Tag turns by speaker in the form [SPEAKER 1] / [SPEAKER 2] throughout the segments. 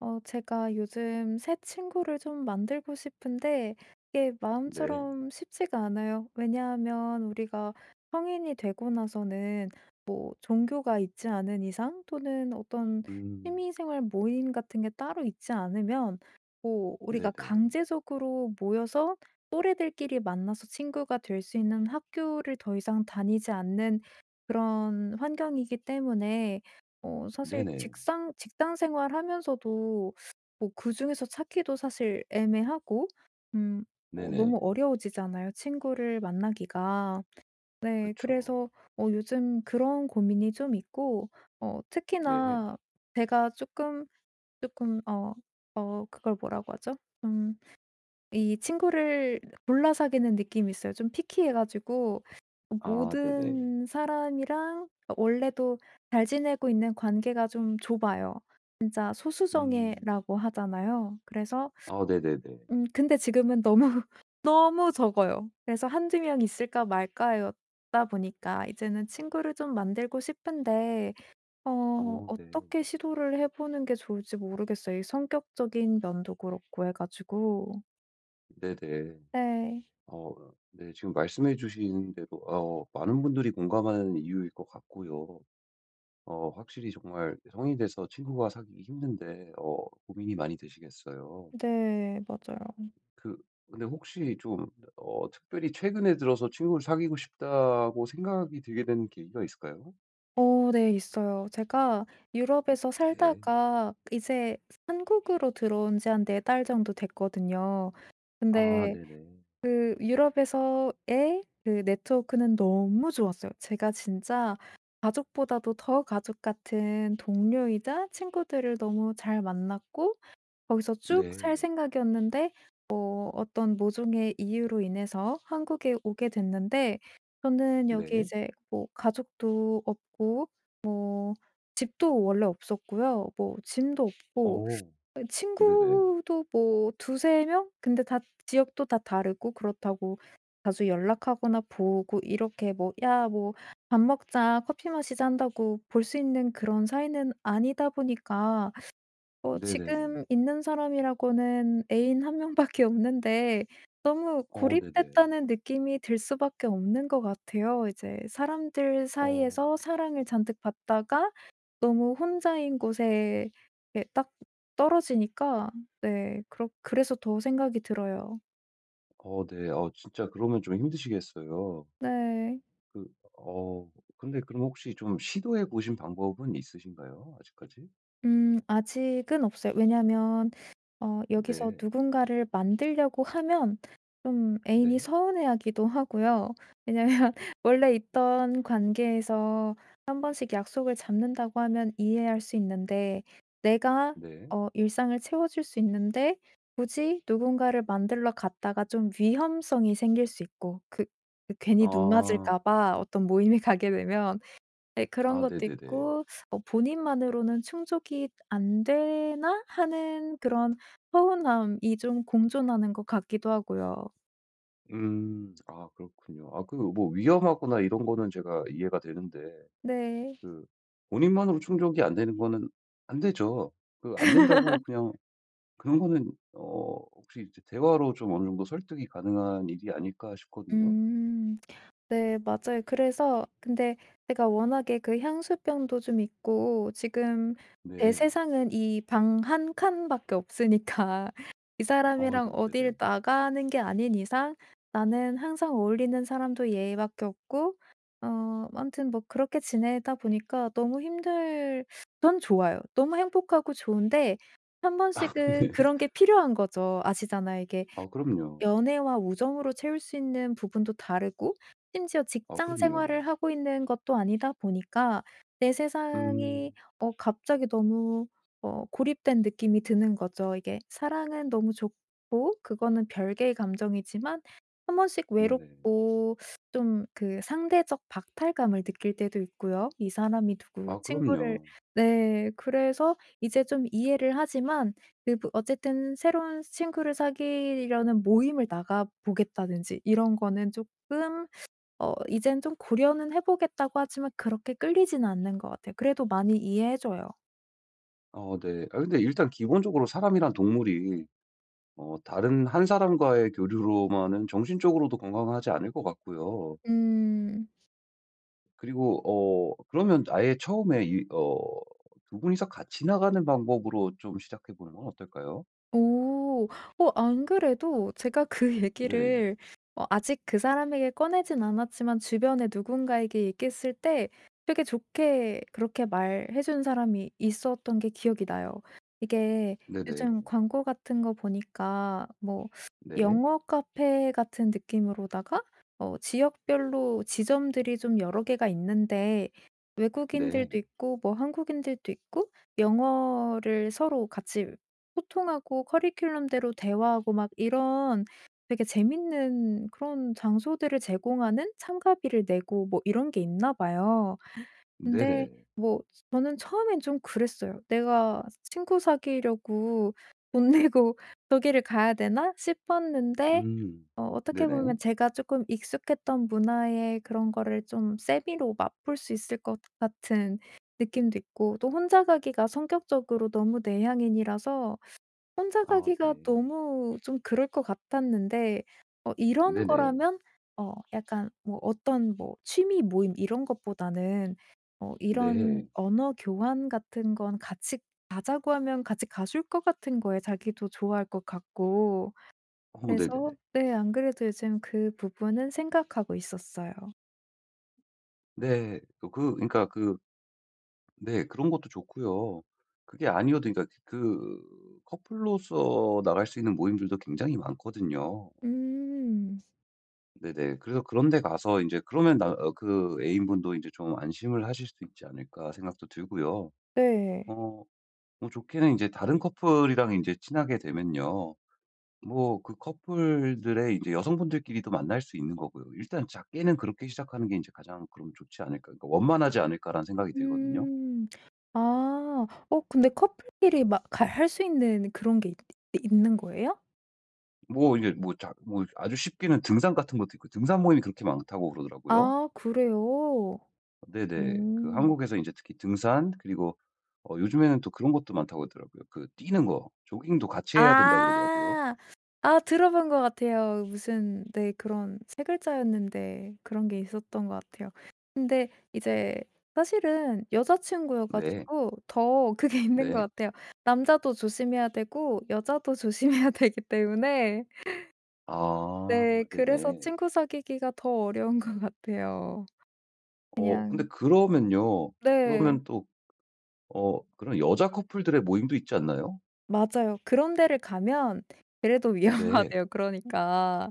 [SPEAKER 1] 제가 요즘 새 친구를 좀 만들고 싶은데 이게
[SPEAKER 2] 네.
[SPEAKER 1] 마음처럼 쉽지가 않아요. 왜냐하면 우리가 성인이 되고 나서는 뭐 종교가 있지 않은 이상 또는 어떤
[SPEAKER 2] 음.
[SPEAKER 1] 취미생활 모임 같은 게 따로 있지 않으면 뭐 우리가
[SPEAKER 2] 네네.
[SPEAKER 1] 강제적으로 모여서 또래들끼리 만나서 친구가 될 수 있는 학교를 더 이상 다니지 않는 그런 환경이기 때문에 사실
[SPEAKER 2] 네네.
[SPEAKER 1] 직상 직장 생활하면서도 뭐 그중에서 찾기도 사실 애매하고 음 뭐 너무
[SPEAKER 2] 네네.
[SPEAKER 1] 어려워지잖아요, 친구를 만나기가. 네.
[SPEAKER 2] 그쵸.
[SPEAKER 1] 그래서 요즘 그런 고민이 좀 있고
[SPEAKER 2] 네.
[SPEAKER 1] 특히나 제가 조금 그걸 뭐라고 하죠? 음, 이 친구를 골라 사귀는 느낌이 있어요. 좀 피키해 가지고
[SPEAKER 2] 아 네네.
[SPEAKER 1] 모든 사람이랑 원래도 잘 지내고 있는 관계가 좀 좁아요. 진짜
[SPEAKER 2] 음.
[SPEAKER 1] 소수정예라고 하잖아요. 그래서
[SPEAKER 2] 아 네네네.
[SPEAKER 1] 근데 지금은 너무 너무 적어요. 그래서 한두 명 있을까 말까였다 보니까 이제는 친구를 좀 만들고 싶은데
[SPEAKER 2] 어 네.
[SPEAKER 1] 어떻게 시도를 해 보는 게 좋을지 모르겠어요. 이 성격적인 면도 그렇고 해 가지고.
[SPEAKER 2] 네네.
[SPEAKER 1] 네.
[SPEAKER 2] 어 네. 지금 말씀해 주신 대로 많은 분들이 공감하는 이유일 것 같고요. 확실히 정말 성인이 돼서 친구가 사귀기 힘든데 고민이 많이 되시겠어요.
[SPEAKER 1] 네, 맞아요.
[SPEAKER 2] 그 근데 혹시 좀 특별히 최근에 들어서 친구를 사귀고 싶다고 생각이 들게 된 계기가 있을까요?
[SPEAKER 1] 네, 있어요. 제가 유럽에서
[SPEAKER 2] 네.
[SPEAKER 1] 살다가 이제 한국으로 들어온 지 한 4달 정도 됐거든요.
[SPEAKER 2] 아
[SPEAKER 1] 근데
[SPEAKER 2] 네네.
[SPEAKER 1] 그 유럽에서의 그 네트워크는 너무 좋았어요. 제가 진짜 가족보다도 더 가족 같은 동료이자 친구들을 너무 잘 만났고 거기서 쭉 살
[SPEAKER 2] 네.
[SPEAKER 1] 생각이었는데 어떤 모종의 이유로 인해서 한국에 오게 됐는데, 저는 여기
[SPEAKER 2] 네.
[SPEAKER 1] 이제 뭐 가족도 없고 뭐 집도 원래 없었고요. 뭐 짐도 없고
[SPEAKER 2] 어. 네네.
[SPEAKER 1] 친구도 뭐 두세 명? 근데 다 지역도 다 다르고, 그렇다고 자주 연락하거나 보고 이렇게 뭐 "야, 뭐 밥 먹자. 커피 마시자." 한다고 볼 수 있는 그런 사이는 아니다 보니까
[SPEAKER 2] 네네.
[SPEAKER 1] 지금 있는 사람이라고는 애인 한 명밖에 없는데, 너무
[SPEAKER 2] 어 네네.
[SPEAKER 1] 고립됐다는 느낌이 들 수밖에 없는 것 같아요. 이제 사람들
[SPEAKER 2] 어.
[SPEAKER 1] 사이에서 사랑을 잔뜩 받다가 너무 혼자인 곳에 이렇게 딱 떨어지니까, 네, 그렇 그래서 더 생각이 들어요.
[SPEAKER 2] 어 네. 어 진짜 그러면 좀 힘드시겠어요.
[SPEAKER 1] 네.
[SPEAKER 2] 그 어 근데 그럼 혹시 좀 시도해 보신 방법은 있으신가요? 아직까지?
[SPEAKER 1] 아직은 없어요. 왜냐하면 여기서
[SPEAKER 2] 네.
[SPEAKER 1] 누군가를 만들려고 하면 좀 애인이
[SPEAKER 2] 네.
[SPEAKER 1] 서운해하기도 하고요. 왜냐하면 원래 있던 관계에서 한 번씩 약속을 잡는다고 하면 이해할 수 있는데, 내가
[SPEAKER 2] 네.
[SPEAKER 1] 일상을 채워줄 수 있는데 굳이 누군가를 만들러 갔다가 좀 위험성이 생길 수 있고, 괜히 눈
[SPEAKER 2] 아.
[SPEAKER 1] 맞을까 봐 어떤 모임에 가게 되면, 네, 그런
[SPEAKER 2] 아
[SPEAKER 1] 것도
[SPEAKER 2] 네네네.
[SPEAKER 1] 있고 '본인만으로는 충족이 안 되나?' 하는 그런 서운함이 좀 공존하는 것 같기도 하고요.
[SPEAKER 2] 음. 아 그렇군요. 아 그 뭐 위험하거나 이런 거는 제가 이해가 되는데
[SPEAKER 1] 네.
[SPEAKER 2] 그 본인만으로 충족이 안 되는 거는 안 되죠. 그 안 된다고 그냥 그런 거는 혹시 이제 대화로 좀 어느 정도 설득이 가능한 일이 아닐까 싶거든요.
[SPEAKER 1] 음. 네, 맞아요. 그래서 근데 제가 워낙에 그 향수병도 좀 있고, 지금 제
[SPEAKER 2] 네.
[SPEAKER 1] 세상은 이 방 한 칸밖에 없으니까 이 사람이랑
[SPEAKER 2] 아이고
[SPEAKER 1] 어딜
[SPEAKER 2] 네네.
[SPEAKER 1] 나가는 게 아닌 이상 나는 항상 어울리는 사람도 얘밖에 없고, 아무튼 뭐 그렇게 지내다 보니까 너무 힘들 전 좋아요. 너무 행복하고 좋은데 한 번씩은
[SPEAKER 2] 네.
[SPEAKER 1] 그런 게 필요한 거죠. 아시잖아요. 이게
[SPEAKER 2] 아 그럼요.
[SPEAKER 1] 연애와 우정으로 채울 수 있는 부분도 다르고 심지어
[SPEAKER 2] 아
[SPEAKER 1] 직장
[SPEAKER 2] 그럼요.
[SPEAKER 1] 생활을 하고 있는 것도 아니다 보니까 내 세상이
[SPEAKER 2] 음.
[SPEAKER 1] 갑자기 너무 고립된 느낌이 드는 거죠. 이게 사랑은 너무 좋고 그거는 별개의 감정이지만 한 번씩
[SPEAKER 2] 네네.
[SPEAKER 1] 외롭고 좀 그 상대적 박탈감을 느낄 때도 있고요. '이 사람이 누구
[SPEAKER 2] 아
[SPEAKER 1] 친구를'.
[SPEAKER 2] 그럼요.
[SPEAKER 1] 네. 그래서 이제 좀 이해를 하지만 그 뭐 어쨌든 새로운 친구를 사귀려는 모임을 나가 보겠다든지 이런 거는 쪼끔, 이젠 좀 고려는 해 보겠다고 하지만 그렇게 끌리지는 않는 것 같아요. 그래도 많이 이해해 줘요.
[SPEAKER 2] 어 네. 아 근데 일단 기본적으로 사람이란 동물이 다른 한 사람과의 교류로만은 정신적으로도 건강하지 않을 것 같고요.
[SPEAKER 1] 음.
[SPEAKER 2] 그리고 그러면 아예 처음에 이 어 두 분이서 같이 나가는 방법으로 좀 시작해 보는 건 어떨까요?
[SPEAKER 1] 오. 안 그래도 제가 그
[SPEAKER 2] 네.
[SPEAKER 1] 얘기를 아직 그 사람에게 꺼내진 않았지만 주변에 누군가에게 얘기했을 때 되게 좋게 그렇게 말해 준 사람이 있었던 게 기억이 나요. 이게 요즘
[SPEAKER 2] 네네.
[SPEAKER 1] 광고 같은 거 보니까 뭐
[SPEAKER 2] 네.
[SPEAKER 1] 영어 카페 같은 느낌으로다가 지역별로 지점들이 좀 여러 개가 있는데
[SPEAKER 2] 네.
[SPEAKER 1] 외국인들도 있고 뭐 한국인들도 있고 영어를 서로 같이 소통하고 커리큘럼대로 대화하고 막 이런 되게 재밌는 그런 장소들을 제공하는, 참가비를 내고 뭐 이런 게 있나 봐요. 근데
[SPEAKER 2] 네네.
[SPEAKER 1] 뭐 저는 처음엔 좀 그랬어요. '내가 친구 사귀려고 돈 내고 저기를 가야 되나?' 싶었는데
[SPEAKER 2] 음.
[SPEAKER 1] 어떻게
[SPEAKER 2] 네네.
[SPEAKER 1] 보면 제가 쪼끔 익숙했던 문화의 그런 거를 좀 세미로 맛볼 수 있을 것 같은 느낌도 있고, 또 혼자 가기가 성격적으로 너무 내향인이라서 혼자
[SPEAKER 2] 아
[SPEAKER 1] 가기가
[SPEAKER 2] 네.
[SPEAKER 1] 너무 좀 그럴 것 같았는데 이런
[SPEAKER 2] 네네.
[SPEAKER 1] 거라면 약간 뭐 어떤 뭐 취미 모임 이런 것보다는 이런
[SPEAKER 2] 네.
[SPEAKER 1] 언어 교환 같은 건 같이 가자고 하면 같이 가줄 것 같은 거에 자기도 좋아할 것 같고,
[SPEAKER 2] 어 네네네.
[SPEAKER 1] 그래서 네, 안 그래도 요즘 그 부분은 생각하고 있었어요.
[SPEAKER 2] 네. 네, 그런 것도 좋고요. 그게 아니어도 그러니까 그 커플로서 나갈 수 있는 모임들도 굉장히 많거든요.
[SPEAKER 1] 음.
[SPEAKER 2] 네네. 그래서 그런 데 가서 인제 그러면 나 그 애인분도 인제 좀 안심을 하실 수 있지 않을까 생각도 들고요.
[SPEAKER 1] 네.
[SPEAKER 2] 어 뭐 좋게는 인제 다른 커플이랑 인제 친하게 되면요. 뭐 그 커플들의 이제 여성분들끼리도 만날 수 있는 거고요. 일단 작게는 그렇게 시작하는 게 이제 가장 그럼 좋지 않을까 그러니까 원만하지 않을까라는 생각이 들거든요.
[SPEAKER 1] 음. 아. 근데 커플끼리 막 갈 할 수 있는 그런 게 있 있는 거예요?
[SPEAKER 2] 뭐 이게 뭐 작 뭐 아주 쉽게는 등산 같은 것도 있고 등산 모임이 그렇게 많다고 그러더라고요.
[SPEAKER 1] 아, 그래요?
[SPEAKER 2] 네네. 그
[SPEAKER 1] 음.
[SPEAKER 2] 한국에서 이제 특히 등산, 그리고 요즘에는 또 그런 것도 많다고 하더라고요. 그 뛰는 거 조깅도 같이 해야 된다 그러더라고요.
[SPEAKER 1] 아. 아, 들어본 것 같아요. 무슨 네, 그런 세 글자였는데 그런 게 있었던 것 같아요. 근데 이제 사실은 여자 친구여
[SPEAKER 2] 네.
[SPEAKER 1] 가지고 더 그게 있는 것
[SPEAKER 2] 네.
[SPEAKER 1] 같아요. 남자도 조심해야 되고 여자도 조심해야 되기 때문에,
[SPEAKER 2] 아
[SPEAKER 1] 네, 그래서
[SPEAKER 2] 네네.
[SPEAKER 1] 친구 사귀기가 더 어려운 것 같아요.
[SPEAKER 2] 어 근데
[SPEAKER 1] 그냥
[SPEAKER 2] 그러면요.
[SPEAKER 1] 네,
[SPEAKER 2] 그러면 또 그런 여자 커플들의 모임도 있지 않나요?
[SPEAKER 1] 맞아요. 그런 데를 가면 그래도
[SPEAKER 2] 네.
[SPEAKER 1] 위험하대요, 음, 그러니까.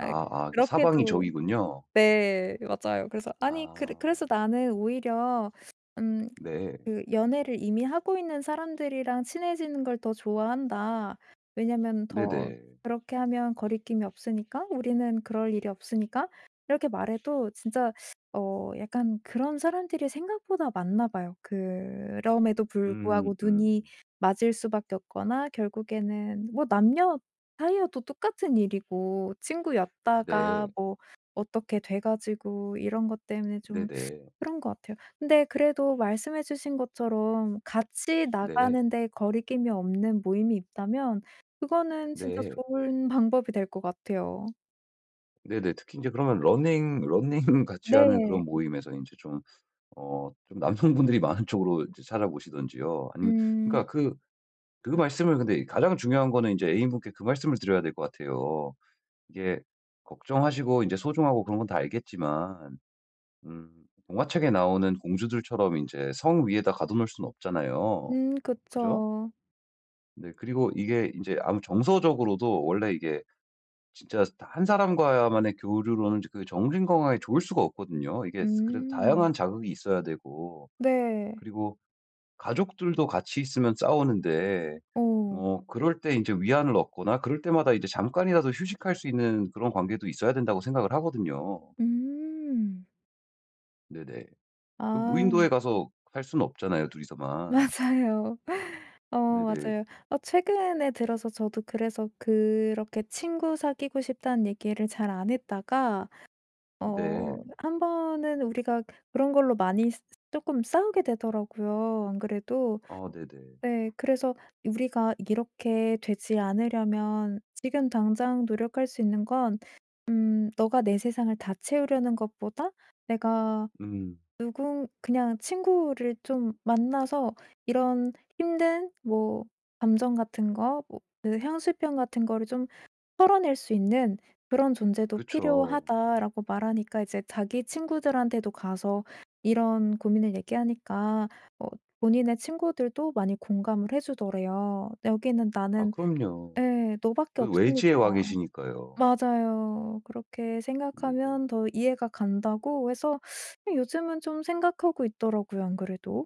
[SPEAKER 2] 아 아 그러니까 사방이
[SPEAKER 1] 그렇게도.
[SPEAKER 2] 적이군요.
[SPEAKER 1] 네, 맞아요. 그래서 아니,
[SPEAKER 2] 아
[SPEAKER 1] 그래서 나는 오히려 음
[SPEAKER 2] 네.
[SPEAKER 1] 그 '연애를 이미 하고 있는 사람들이랑 친해지는 걸 더 좋아한다. 왜냐면 더
[SPEAKER 2] 네네.
[SPEAKER 1] 그렇게 하면 거리낌이 없으니까. 우리는 그럴 일이 없으니까.' 이렇게 말해도 진짜 약간 그런 사람들이 생각보다 많나 봐요. 그럼에도
[SPEAKER 2] 음
[SPEAKER 1] 불구하고 눈이
[SPEAKER 2] 음.
[SPEAKER 1] 맞을 수밖에 없거나 결국에는 뭐 남녀 사이여도 똑같은 일이고, 친구였다가
[SPEAKER 2] 네.
[SPEAKER 1] 뭐 어떻게 돼 가지고 이런 것 때문에 좀
[SPEAKER 2] 네네.
[SPEAKER 1] 그런 것 같아요. 근데 그래도 말씀해 주신 것처럼 같이
[SPEAKER 2] 네.
[SPEAKER 1] 나가는데 거리낌이 없는 모임이 있다면 그거는 진짜
[SPEAKER 2] 네.
[SPEAKER 1] 좋은 방법이 될 것 같아요.
[SPEAKER 2] 네네. 특히 이제 그러면 러닝 같이 하는
[SPEAKER 1] 네.
[SPEAKER 2] 그런 모임에서 이제 좀 좀 남성분들이 많은 쪽으로 이제 찾아보시든지요. 아니면 그러니까
[SPEAKER 1] 음.
[SPEAKER 2] 그 말씀을, 근데 가장 중요한 거는 이제 애인분께 그 말씀을 드려야 될 것 같아요. 이게 걱정하시고 이제 소중하고 그런 건 다 알겠지만 음 동화책에 나오는 공주들처럼 이제 성 위에다 가둬 놓을 수는 없잖아요.
[SPEAKER 1] 음,
[SPEAKER 2] 그죠?
[SPEAKER 1] 그쵸.
[SPEAKER 2] 네, 그리고 이게 이제 아무 정서적으로도 원래 이게 진짜 한 사람과만의 교류로는 그 정신 건강에 좋을 수가 없거든요. 이게 그래도
[SPEAKER 1] 음.
[SPEAKER 2] 다양한 자극이 있어야 되고
[SPEAKER 1] 네.
[SPEAKER 2] 그리고 가족들도 같이 있으면 싸우는데
[SPEAKER 1] 오.
[SPEAKER 2] 그럴 때 이제 위안을 얻거나 그럴 때마다 이제 잠깐이라도 휴식할 수 있는 그런 관계도 있어야 된다고 생각을 하거든요.
[SPEAKER 1] 음.
[SPEAKER 2] 네네. 그
[SPEAKER 1] 아,
[SPEAKER 2] 무인도에 가서 살 수는 없잖아요, 둘이서만.
[SPEAKER 1] 맞아요. 어,
[SPEAKER 2] 네네.
[SPEAKER 1] 맞아요. 최근에 들어서 저도 그래서 그렇게 친구 사귀고 싶다는 얘기를 잘 안 했다가,
[SPEAKER 2] 네.
[SPEAKER 1] 한 번은 우리가 그런 걸로 많이 조금 싸우게 되더라고요, 안 그래도.
[SPEAKER 2] 아 네네.
[SPEAKER 1] 네. 그래서 우리가 이렇게 되지 않으려면 지금 당장 노력할 수 있는 건, 너가 내 세상을 다 채우려는 것보다 내가
[SPEAKER 2] 음
[SPEAKER 1] 누군 그냥 친구를 좀 만나서 이런 힘든 뭐 감정 같은 거 뭐 그 향수병 같은 거를 좀 털어낼 수 있는 그런 존재도
[SPEAKER 2] 그쵸.
[SPEAKER 1] 필요하다라고 말하니까 이제 자기 친구들한테도 가서 이런 고민을 얘기하니까 어 본인의 친구들도 많이 공감을 해 주더래요. "여기는
[SPEAKER 2] 아
[SPEAKER 1] 나는."
[SPEAKER 2] 그럼요.
[SPEAKER 1] 예. "너밖에
[SPEAKER 2] 그
[SPEAKER 1] 없으니까."
[SPEAKER 2] 외지에 와 계시니까요.
[SPEAKER 1] 맞아요. "그렇게
[SPEAKER 2] 네네.
[SPEAKER 1] 생각하면 더 이해가 간다."고 해서 요즘은 좀 생각하고 있더라고요, 안 그래도.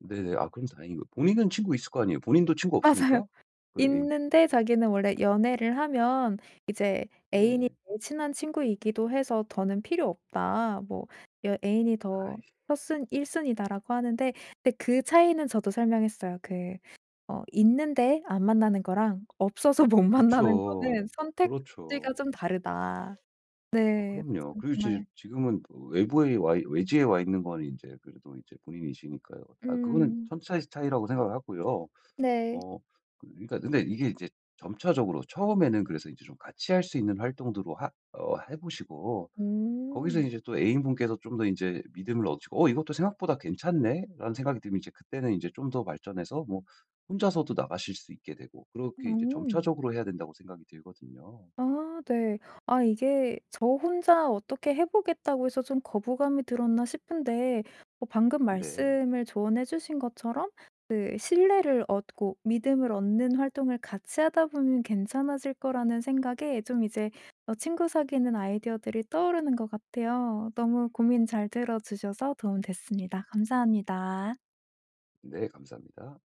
[SPEAKER 2] 네네. 아 그럼 다행이고 본인은 친구 있을 거 아니에요. 본인도 친구
[SPEAKER 1] 맞아요.
[SPEAKER 2] 없습니까? 그 애인
[SPEAKER 1] 있는데, 자기는 원래 연애를 하면 이제 애인이
[SPEAKER 2] 네.
[SPEAKER 1] 제일 친한 친구이기도 해서 "더는 필요 없다." 뭐 여 "애인이 더
[SPEAKER 2] 아이
[SPEAKER 1] 첫순 1 순이다."라고 하는데, 근데 그 차이는 저도 설명했어요. 그 있는데 안 만나는 거랑 없어서 못 만나는
[SPEAKER 2] 그쵸.
[SPEAKER 1] 거는 선택지가
[SPEAKER 2] 그렇죠.
[SPEAKER 1] 좀 다르다.
[SPEAKER 2] 아
[SPEAKER 1] 네.
[SPEAKER 2] 그럼요. 그리고 지
[SPEAKER 1] 정말.
[SPEAKER 2] 지금은 또 외부에 와 외지에 와 있는 건 이제 그래도 이제 본인이시니까요. 아 그거는
[SPEAKER 1] 음.
[SPEAKER 2] 천차의 차이라고 생각을 하고요.
[SPEAKER 1] 네.
[SPEAKER 2] 어 그러니까 근데 이게 이제 점차적으로 처음에는 그래서 이제 좀 같이 할 수 있는 활동들로 하 어 해 보시고 거기서
[SPEAKER 1] 음.
[SPEAKER 2] 이제 또 애인분께서 좀 더 이제 믿음을 얻으시고 '어 이것도 생각보다 괜찮네.'라는 생각이 들면 이제 그때는 이제 좀 더 발전해서 뭐 혼자서도 나가실 수 있게 되고 그렇게 이제
[SPEAKER 1] 음.
[SPEAKER 2] 점차적으로 해야 된다고 생각이 들거든요.
[SPEAKER 1] 아, 네. 아, 이게 저 혼자 어떻게 해 보겠다고 해서 좀 거부감이 들었나 싶은데, 방금
[SPEAKER 2] 네.
[SPEAKER 1] 말씀을 조언해 주신 것처럼 그 신뢰를 얻고 믿음을 얻는 활동을 같이 하다 보면 괜찮아질 거라는 생각에 좀 이제 친구 사귀는 아이디어들이 떠오르는 것 같아요. 너무 고민 잘 들어 주셔서 도움 됐습니다. 감사합니다.
[SPEAKER 2] 네, 감사합니다.